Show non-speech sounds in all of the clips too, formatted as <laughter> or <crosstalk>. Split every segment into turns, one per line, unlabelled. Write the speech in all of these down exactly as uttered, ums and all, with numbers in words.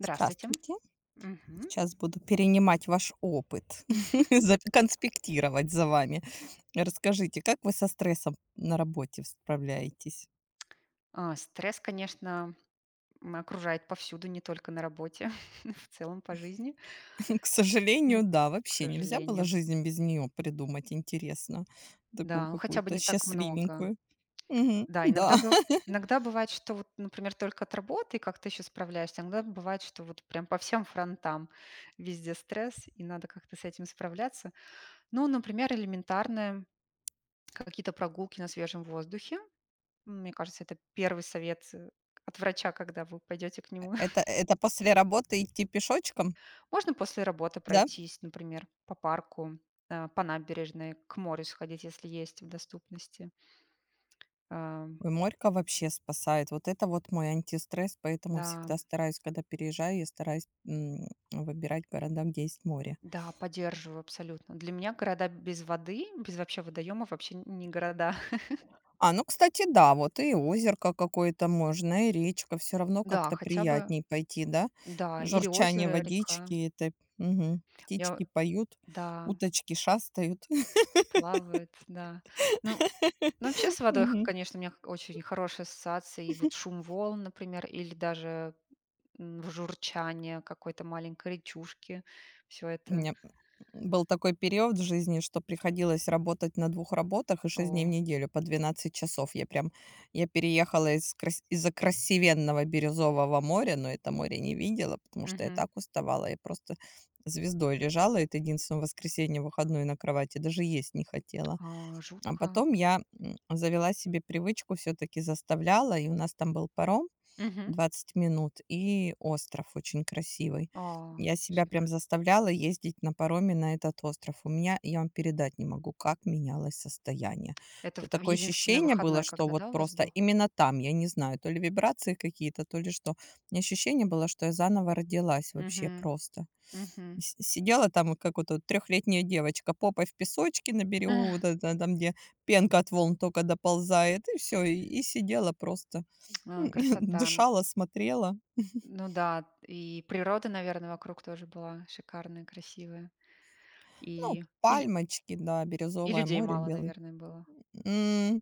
Здравствуйте.
Здравствуйте.
Мгм.
Сейчас буду перенимать ваш опыт, <laughs> за конспектировать за вами. Расскажите, как вы со стрессом на работе справляетесь?
А, стресс, конечно, м, окружает повсюду, не только на работе, <laughs> в целом по жизни,
<laughs> К сожалению,
<laughs>
да,
к
вообще нельзя было
сожалению.
жизнь без нее придумать, интересно. Такую
Да, ну хотя бы
какую-то
не так много.
счастливенькую. Мгм.
Да,
Да,
иногда, бы,
<laughs>
иногда бывает, что вот, например, только от работы как ты еще справляешься, иногда бывает, что вот прям по всем фронтам везде стресс, и надо как-то с этим справляться. Ну, например, элементарные какие-то прогулки на свежем воздухе. М, Мне кажется, это первый совет э, от врача, когда вы пойдете к нему.
это это после работы идти пешочком,
Можно после работы
да?
пройтись, например, по парку, э, по набережной, к морю сходить, если есть в доступности. Э,
Ой, морька вообще спасает. Вот это вот мой антистресс, поэтому
Да,
всегда стараюсь, когда переезжаю, я стараюсь, м, выбирать города, где есть море.
да, поддерживаю абсолютно. Для меня города без воды, без вообще водоема вообще не города. <laughs>
А, ну, кстати, да, вот и озерко какое-то можно, и речка. Все равно
Да,
как-то
хотя бы,
приятней пойти, да?
да, или
Журчание
озеро, река.
водички, это мгм.
Я,
Птички поют,
да,
уточки шастают. <laughs>
плавает, да. Ну, ну, вообще с водой, х-
Мгм.
конечно, у меня х- очень хорошие ассоциации. И вот шум волн, например, или даже м, журчание какой-то маленькой речушки. Все
У
это.
меня был такой период в жизни, что приходилось работать на двух работах и шесть дней в
О.
неделю по двенадцать часов. Я прям я переехала из крас из-за красивенного Бирюзового моря, но это море не видела, потому что я
Мгм.
так уставала. Я просто звездой лежала это единственное воскресенье выходной на кровати, даже есть не хотела.
А,
А
жутко.
потом я, м, завела себе привычку, все таки заставляла, и у нас там был паром
Мгм.
двадцать минут, и остров очень красивый.
А,
Я себя прям
шик.
заставляла ездить на пароме на этот остров. У меня, я вам передать не могу, как менялось состояние.
Это
Это
вот в
такое
единственный
ощущение было,
выходной,
что
когда,
вот
да, у вас
просто
был?
именно там, я не знаю, то ли вибрации какие-то, то ли что. У меня ощущение было, что я заново родилась вообще
Мгм.
просто.
Мгм.
С- Сидела там, вот как вот эта трехлетняя девочка, попой в песочке на берегу, вот
<sniffs> <laughs>
это там, где пенка от волн только доползает, и все, и, и сидела просто. <laughs>
А, красота. Н
Дышала, смотрела.
ну да, и природа, наверное, вокруг тоже была шикарная, красивая.
Ну,
И и лю
пальмочки, да,
и
бирюзовое
людей
море,
мало,
белый.
наверное, было.
М,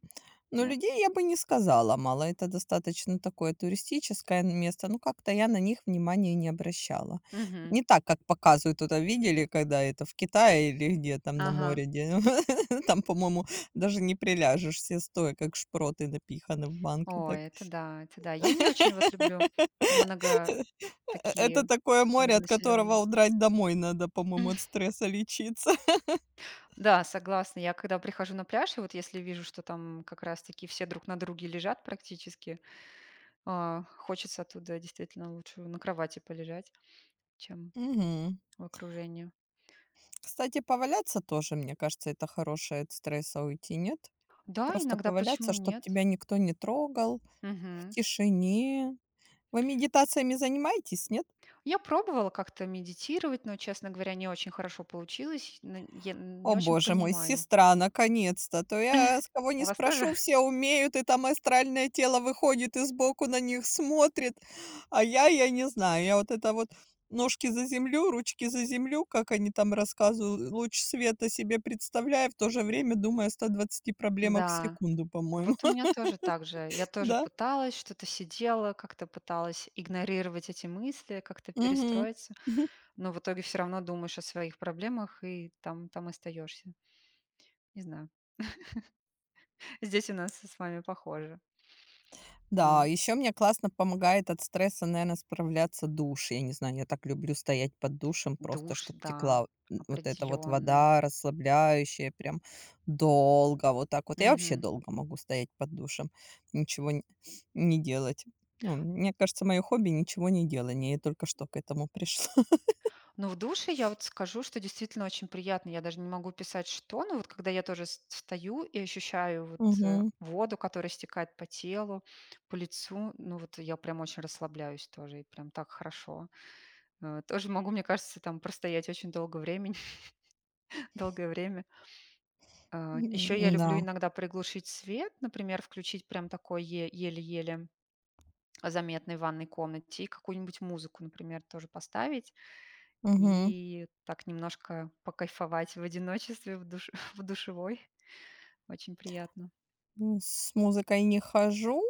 но
Нет?
людей я бы не сказала мало. Это достаточно такое туристическое место. Ну, как-то я на них внимания не обращала.
Мгм.
Не так, как показывают туда, видели, когда это в Китае или где там на
Ага.
море, где <laughs> там, по-моему, даже не приляжешь, все стоя, как шпроты напиханы в банке
О,
так.
это да, это да. Я не очень вот люблю
<laughs>
много
Это
такие
такое море, от которого
многонаселенные.
удрать домой надо, по-моему, от
<laughs>
стресса лечиться.
Да, согласна. Я когда прихожу на пляж, и вот если вижу, что там как раз-таки все друг на друге лежат практически, а, хочется оттуда действительно лучше на кровати полежать, чем
Мгм.
в окружении.
Кстати, поваляться тоже, мне кажется, это хорошее от стресса уйти, нет?
Да,
Просто
иногда почему
поваляться, чтобы
нет?
тебя никто не трогал, в
Мгм.
тишине. Вы медитациями занимаетесь, нет?
Я пробовала как-то медитировать, но, честно говоря, не очень хорошо получилось. Н- Я
О,
не очень
боже мой,
понимаю.
сестра, наконец-то! То я с кого
У
не
вас тоже?
спрошу, все
<laughs>
умеют, и там астральное тело выходит и сбоку на них смотрит. А я, я не знаю, я вот это вот ножки за землю, ручки за землю, как они там рассказывают, луч света себе представляя, в то же время думая о ста двадцати проблемах в
Да.
секунду, по-моему.
Вот у меня
<laughs>
тоже так же. Я тоже
Да?
пыталась, что-то сидела, как-то пыталась игнорировать эти мысли, как-то
Мгм.
перестроиться.
<laughs>
Но в итоге все равно думаешь о своих проблемах и там там остаешься. Не знаю. <laughs> Здесь у нас с вами похоже. А,
Да, еще мне классно помогает от стресса, наверное, справляться душ. Я не знаю, я так люблю стоять под душем, просто
душ,
чтобы
да,
текла м, вот эта вот
определенно.
вода расслабляющая, прям долго вот так вот. Я вообще
Мгм.
долго могу стоять под душем, ничего н не делать. Ну, мне кажется, мое хобби — ничего не делание. Я только что к этому пришла. <laughs>
Но в душе я вот скажу, что действительно очень приятно. Я даже не могу писать что, но вот когда я тоже с стою и ощущаю вот, э,
Мгм.
воду, которая стекает по телу, по лицу, ну вот я прям очень расслабляюсь тоже, и прям так хорошо. Э, тоже могу, мне кажется, там простоять очень долго времени, <laughs> долгое время. А, еще я
М-да.
люблю иногда приглушить свет, например, включить прям такой е- еле-еле заметной в ванной комнате и какую-нибудь музыку, например, тоже поставить
Мгм.
и так немножко покайфовать в одиночестве в, душ- <laughs> в душевой. Очень приятно.
М, с музыкой не хожу,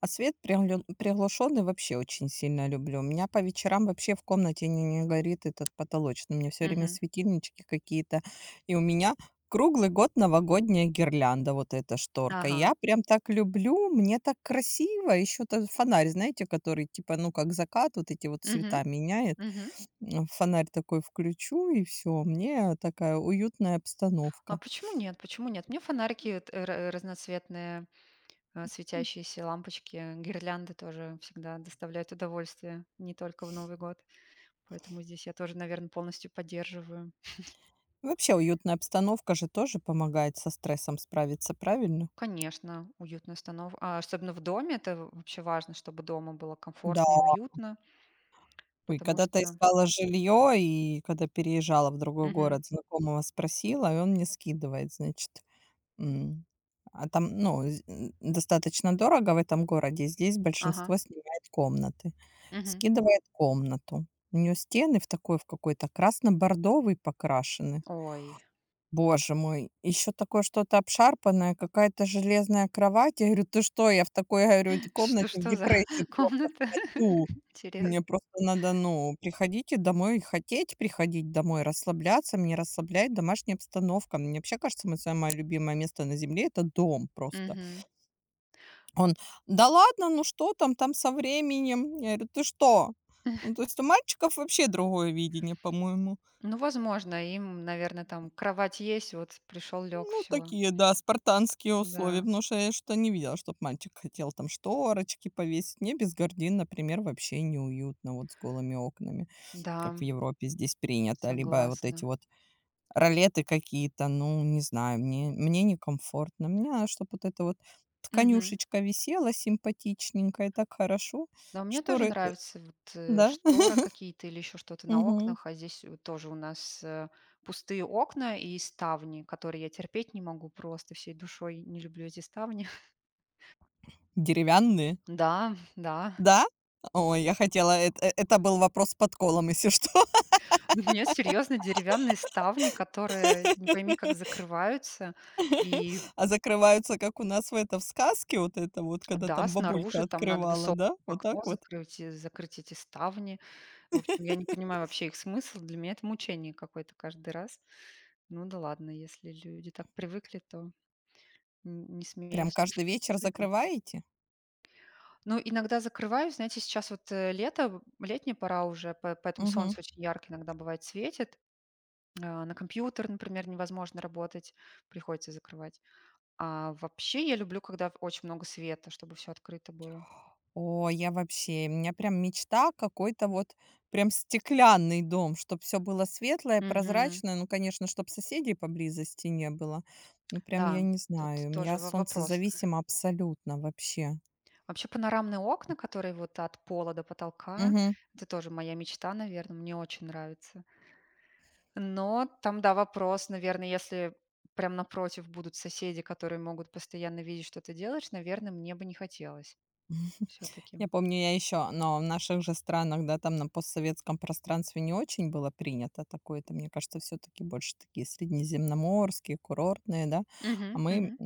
а свет приглю приглушенный вообще очень сильно люблю. У меня по вечерам вообще в комнате не не горит этот потолочный. У меня все время
Мгм.
светильнички какие-то. И у меня круглый год новогодняя гирлянда, вот эта шторка.
Ага.
Я прям так люблю, мне так красиво. Еще тот фонарь, знаете, который типа, ну, как закат, вот эти вот
Мгм.
цвета меняет.
Мгм.
М, фонарь такой включу, и все, мне такая уютная
А
обстановка.
почему нет? Почему нет? Мне фонарики вот, э, разноцветные, э, светящиеся лампочки, гирлянды тоже всегда доставляют удовольствие, не только в Новый год. Поэтому здесь я тоже, наверное, полностью поддерживаю.
Вообще уютная обстановка же тоже помогает со стрессом справиться, правильно?
Конечно, уютная останов а, особенно в доме. Это вообще важно, чтобы дома было
Да.
комфортно и уютно,
Ой,
потому
когда-то
что.
искала жилье и когда переезжала в другой
Мгм.
город, знакомого спросила, и он мне скидывает, значит. М. А там, ну, з н достаточно дорого в этом городе. Здесь
Ага.
большинство снимает комнаты.
Мгм.
Скидывает комнату. У неё стены в такой, в какой-то красно-бордовый покрашены.
Ой,
Боже мой, еще такое что-то обшарпанное, какая-то железная кровать. Я говорю: «Ты что?» Я в такой, говорю,
<laughs> что
комнате в
что за <laughs>
депрессию просто
комната?
впаду.
<laughs> Интересно.
Мне просто надо, ну, приходите домой, хотеть приходить домой, расслабляться. Меня расслабляет домашняя обстановка. Мне вообще кажется, мое самое любимое место на земле — это дом просто.
Мгм.
Он: «Да ладно, ну что там, там со временем». Я говорю: «Ты что?» Ну, то есть у мальчиков вообще другое видение, по-моему.
Ну, возможно, им, наверное, там кровать есть, вот пришел, лег,
Ну,
все.
такие, да, спартанские условия,
Да,
потому что я что-то не видела, чтоб мальчик хотел там шторочки повесить. Мне без гардин, например, вообще неуютно вот с голыми окнами,
да,
как в Европе здесь принято. Либо вот
согласна.
эти вот ролеты какие-то, ну, не знаю, мне, мне некомфортно. Мне надо, чтобы вот эта вот
Мгм.
тканюшечка висела симпатичненько и так хорошо.
Да, мне тоже
Шторы,
нравится вот, э,
да,
шторы какие-то или еще что-то
<laughs>
на
мгм.
окнах, а здесь вот тоже у нас, э, пустые окна и ставни, которые я терпеть не могу просто, всей душой не люблю эти ставни. <laughs>
Деревянные,
Да, да.
да? Ой, я хотела, это, это был вопрос с подколом, если что.
У меня серьезно деревянные ставни, которые не
<laughs>
пойми как закрываются. И
А закрываются, как у нас в это, в сказке, вот это вот, когда
да,
там бабулька
снаружи там надо
открывала,
высокое
да? Вот так
окно
вот?
закрыть, э, закрыть эти ставни. В общем, я не понимаю вообще их смысл. Для меня это мучение какое-то каждый раз. Ну да ладно, если люди так привыкли, то. Н не смею
Прям
с
каждый
<laughs>
вечер
судить.
закрываете?
Ну, иногда закрываю, знаете, сейчас вот, э, лето, летняя пора уже, по поэтому
Мгм.
солнце очень ярко иногда бывает светит. А, на компьютер, например, невозможно работать, приходится закрывать. А вообще я люблю, когда очень много света, чтобы все открыто было.
О, я вообще, у меня прям мечта какой-то вот прям стеклянный дом, чтобы все было светлое,
Мгм.
прозрачное. Ну, конечно, чтоб соседей поблизости не было. Ну, прям я
Да,
не
тут
знаю, м,
тоже
я
во вопрос.
солнцезависима абсолютно вообще.
Вообще панорамные окна, которые вот от пола до потолка —
Мгм.
это тоже моя мечта, наверное, мне очень нравится. Но там, да, вопрос, наверное, если прям напротив будут соседи, которые могут постоянно видеть, что ты делаешь, наверное, мне бы не хотелось все-таки.
Я помню, я еще, но в наших же странах, да, там на постсоветском пространстве не очень было принято такое. Это, мне кажется, все-таки больше такие среднеземноморские, курортные, да. А
Мгм,
мы,
мгм.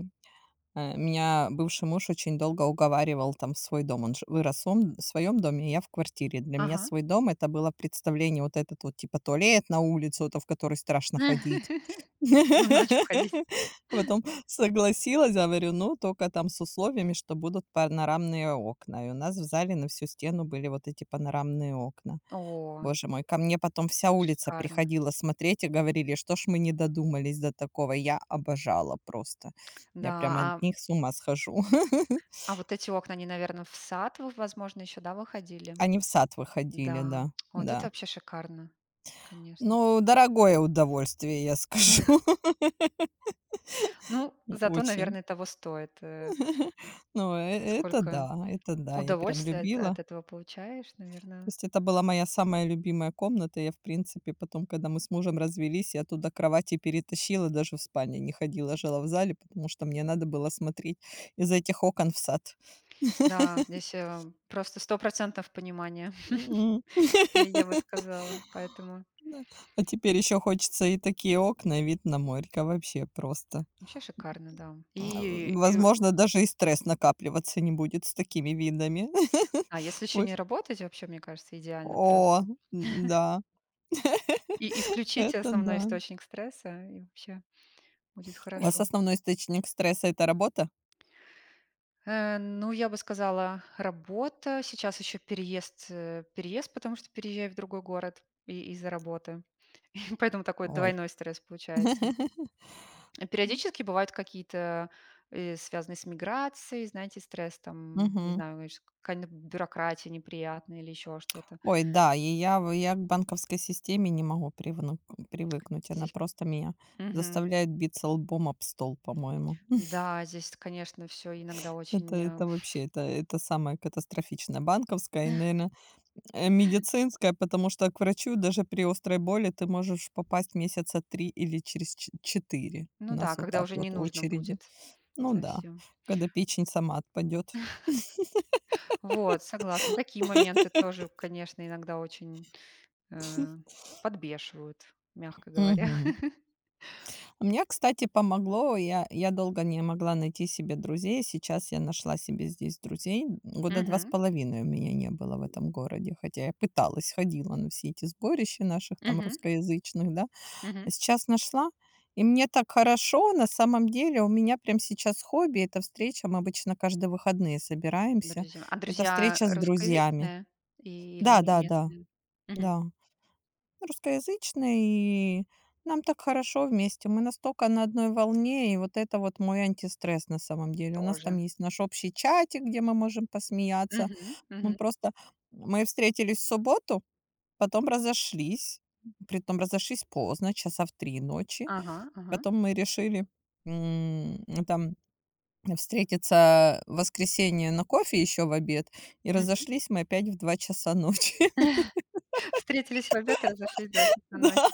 э, меня бывший муж очень долго уговаривал там в свой дом. Он ж- вырос он в своем доме, а я в квартире. Для меня
Ага.
свой дом это было представление вот этот вот типа туалет на улицу, это в который страшно ходить.
<laughs> Ну, ночью ходить.
<laughs> Потом согласилась, я говорю, ну, только там с условиями, что будут панорамные окна. И у нас в зале на всю стену были вот эти панорамные окна.
О,
Боже мой, ко мне потом вся улица
шикарно.
приходила смотреть и говорили, что ж мы не додумались до такого. Я обожала просто. Я
Да,
прям от
а,
них с ума схожу. <laughs>
а вот эти окна, они, наверное, в сад, вы, возможно, еще, да, выходили?
Они в сад выходили,
Да,
да,
вот это
да.
вообще шикарно, конечно.
Ну, дорогое удовольствие, я скажу.
<laughs> Ну,
<laughs>
зато,
Очень.
наверное, того стоит. э,
<laughs> Ну, э- это
Сколько
да, это да, я прям
удовольствия от, от
любила.
этого получаешь,
То
наверное.
есть это была моя самая любимая комната. Я, в принципе, потом, когда мы с мужем развелись, я туда кровати перетащила, даже в спальне не ходила, жила в зале, потому что мне надо было смотреть из этих окон в сад.
Да, здесь, э, просто сто процентов понимание, <laughs>
М.
я я бы
<laughs>
сказала. Поэтому
Да. А теперь еще хочется и такие окна, и вид на море. Это вообще просто.
вообще шикарно, да.
М,
И и
возможно, даже и стресс накапливаться не будет с такими видами. <laughs>
а если еще
Вот.
не работать, вообще, мне кажется, идеально
О,
просто.
н-да,
И
<laughs>
исключите
это
основной
да.
источник стресса, и вообще будет
У вас
хорошо.
основной источник стресса — это работа?
Э, ну, я бы сказала, работа. Сейчас еще переезд, э, переезд, потому что переезжаю в другой город и из-за работы. <laughs> Поэтому такой
Ой.
двойной стресс получается.
<laughs>
Э, периодически бывают какие-то, э, связанные с миграцией, знаете, стресс там, не
Мгм.
знаю, знаешь, какая-нибудь бюрократия неприятная или еще что-то.
Ой, да, и я в я к банковской системе не могу привну привыкнуть. Она
Здесь.
просто меня
Мгм.
заставляет биться лбом об стол, по-моему. <laughs>
Да, здесь, конечно, все иногда
Это
очень, э,
это
<laughs>
вообще, это это самое катастрофичное. Банковская и, наверное, медицинская, потому что к врачу даже при острой боли ты можешь попасть месяца три или через ч четыре. У
ну да,
нас вот
когда
так
уже
вот
не нужно
очереди.
будет
Ну да,
совсем.
когда печень сама отпадет.
Вот, согласна. Такие моменты тоже, конечно, иногда очень, э, подбешивают, мягко говоря. <laughs>
Мне, кстати, помогло. Я я долго не могла найти себе друзей. Сейчас я нашла себе здесь друзей. Года два с
Мгм.
половиной у меня не было в этом городе, хотя я пыталась, ходила на все эти сборища наших там
Мгм.
русскоязычных, да. А
Мгм.
сейчас нашла, и мне так хорошо. На самом деле у меня прям сейчас хобби — это встреча. Мы обычно каждые выходные собираемся.
Друзья. А
Это
друзья
встреча с друзьями.
русскоязычные и или ме
Да-да-да, да.
местные? Мгм.
Да, да. Русскоязычные, и нам так хорошо вместе. Мы настолько на одной волне, и вот это вот мой антистресс на самом деле. У нас там
Тоже.
есть наш общий чатик, где мы можем посмеяться.
Мгм,
Мы
мгм.
просто мы встретились в субботу, потом разошлись, притом разошлись поздно, часа в три ночи.
Ага, ага.
Потом мы решили, м, там встретиться в воскресенье на кофе еще в обед, и
Мгм.
разошлись мы опять в два часа ночи. <laughs>
<laughs> Встретились в обед и разошлись в два часа
Да.
ночи.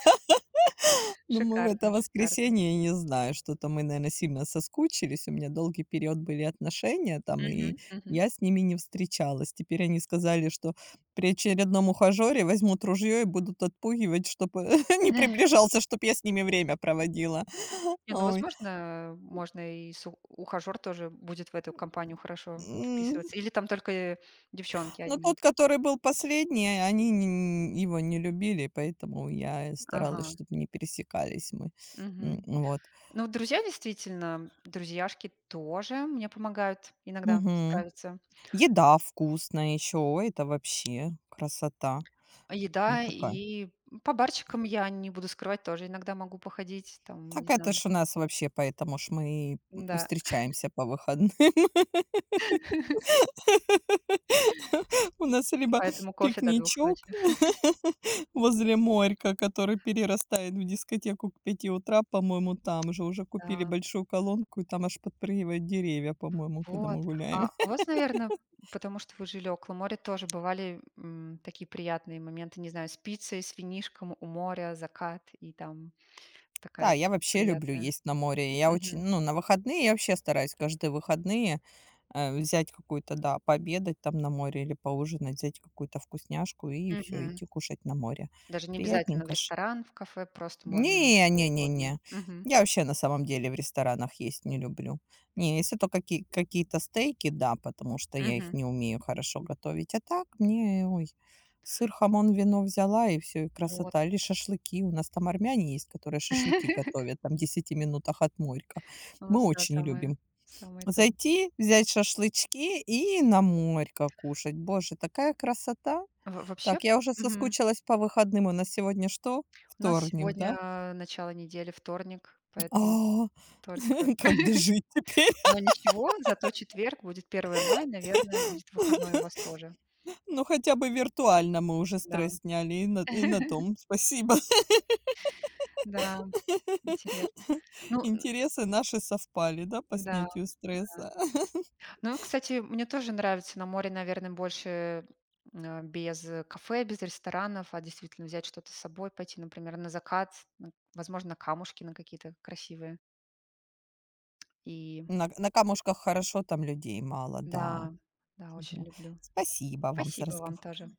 Ну, мы в
Шикарно,
это
шикарно.
воскресенье, не знаю, что-то мы, наверно, сильно соскучились. У меня долгий период были отношения там,
Мгм,
и
мгм.
я с ними не встречалась. Теперь они сказали, что при очередном ухажёре возьмут ружье и будут отпугивать, чтобы <laughs> не
<laughs>
приближался, чтобы я с ними время проводила. <laughs>
Не, ну,
Ой,
возможно, можно и су ухажёр тоже будет в эту компанию хорошо
м,
вписываться. Или там только, э, девчонки
но
одни?
тот, который был последний, они н его не любили, поэтому я
Ага,
старалась, чтобы не пересекались мы. М,
мгм.
вот.
Ну, друзья действительно, друзьяшки тоже мне помогают иногда
Мгм.
справиться.
Еда вкусная еще. Это вообще красота. Ну,
Еда
такая.
и по барчикам, я не буду скрывать, тоже иногда могу походить, там, не
Так это
знаю.
ж у нас вообще, поэтому ж мы и
Да.
встречаемся по выходным. <laughs> У нас либо
Поэтому кофе до двух
пикничок
ночи.
<laughs> возле морька, который перерастает в дискотеку к пяти утра, по-моему, там же уже купили
Да,
большую колонку, и там аж подпрыгивают деревья, по-моему, когда
вот.
мы гуляем.
А у вас, наверное, потому что вы жили около моря, тоже бывали, м, такие приятные моменты, не знаю, с пиццей, с винишком у моря, закат и там
Да,
такая
я вообще люблю
приятная.
есть на море. Я очень,
Мгм.
ну, на выходные я вообще стараюсь каждые выходные, э, взять какую-то, да, пообедать там на море или поужинать, взять какую-то вкусняшку и все
Мгм.
идти кушать на море.
Даже не обязательно в
Приятненько,
ресторан, в кафе, просто можно
не
что
не не
угодно.
не.
Мгм.
Я вообще на самом деле в ресторанах есть не люблю. Не, если то какие какие-то стейки, да, потому что я их
Мгм.
не умею хорошо готовить. А так мне, ой, сыр, хамон, вино взяла и все и
Вот.
красота. Или шашлыки. У нас там армяне есть, которые шашлыки
<laughs>
готовят там в десяти минутах от морька.
У
Мы
нас, да,
очень
самое
любим
самое то.
зайти, взять шашлычки и на морько кушать. Боже, такая красота.
Во вообще
Так, я уже
мгм.
соскучилась по выходным. У нас сегодня что?
У нас
Вторник, да?
сегодня а, начало недели, вторник, поэтому
А,
только.
<laughs> как дожить теперь?
Но ничего, зато четверг будет первого мая, наверное, будет выходной у
<laughs>
вас тоже.
Ну, хотя бы виртуально мы уже
Да.
стресс сняли, и на и на
<laughs>
том спасибо.
Да, интересно.
<laughs>
Ну н-
Интересы наши совпали, да, по
да,
снятию
да.
стресса? <laughs>
Ну, кстати, мне тоже нравится на море, наверное, больше, м, без э, кафе, без ресторанов, а действительно взять что-то с собой, пойти, например, на закат, м, возможно, на камушки на какие-то красивые. И
На на камушках хорошо, там людей мало, да.
да, да, очень
Мгм.
люблю.
Спасибо вам за
Спасибо вам
разговор.
тоже.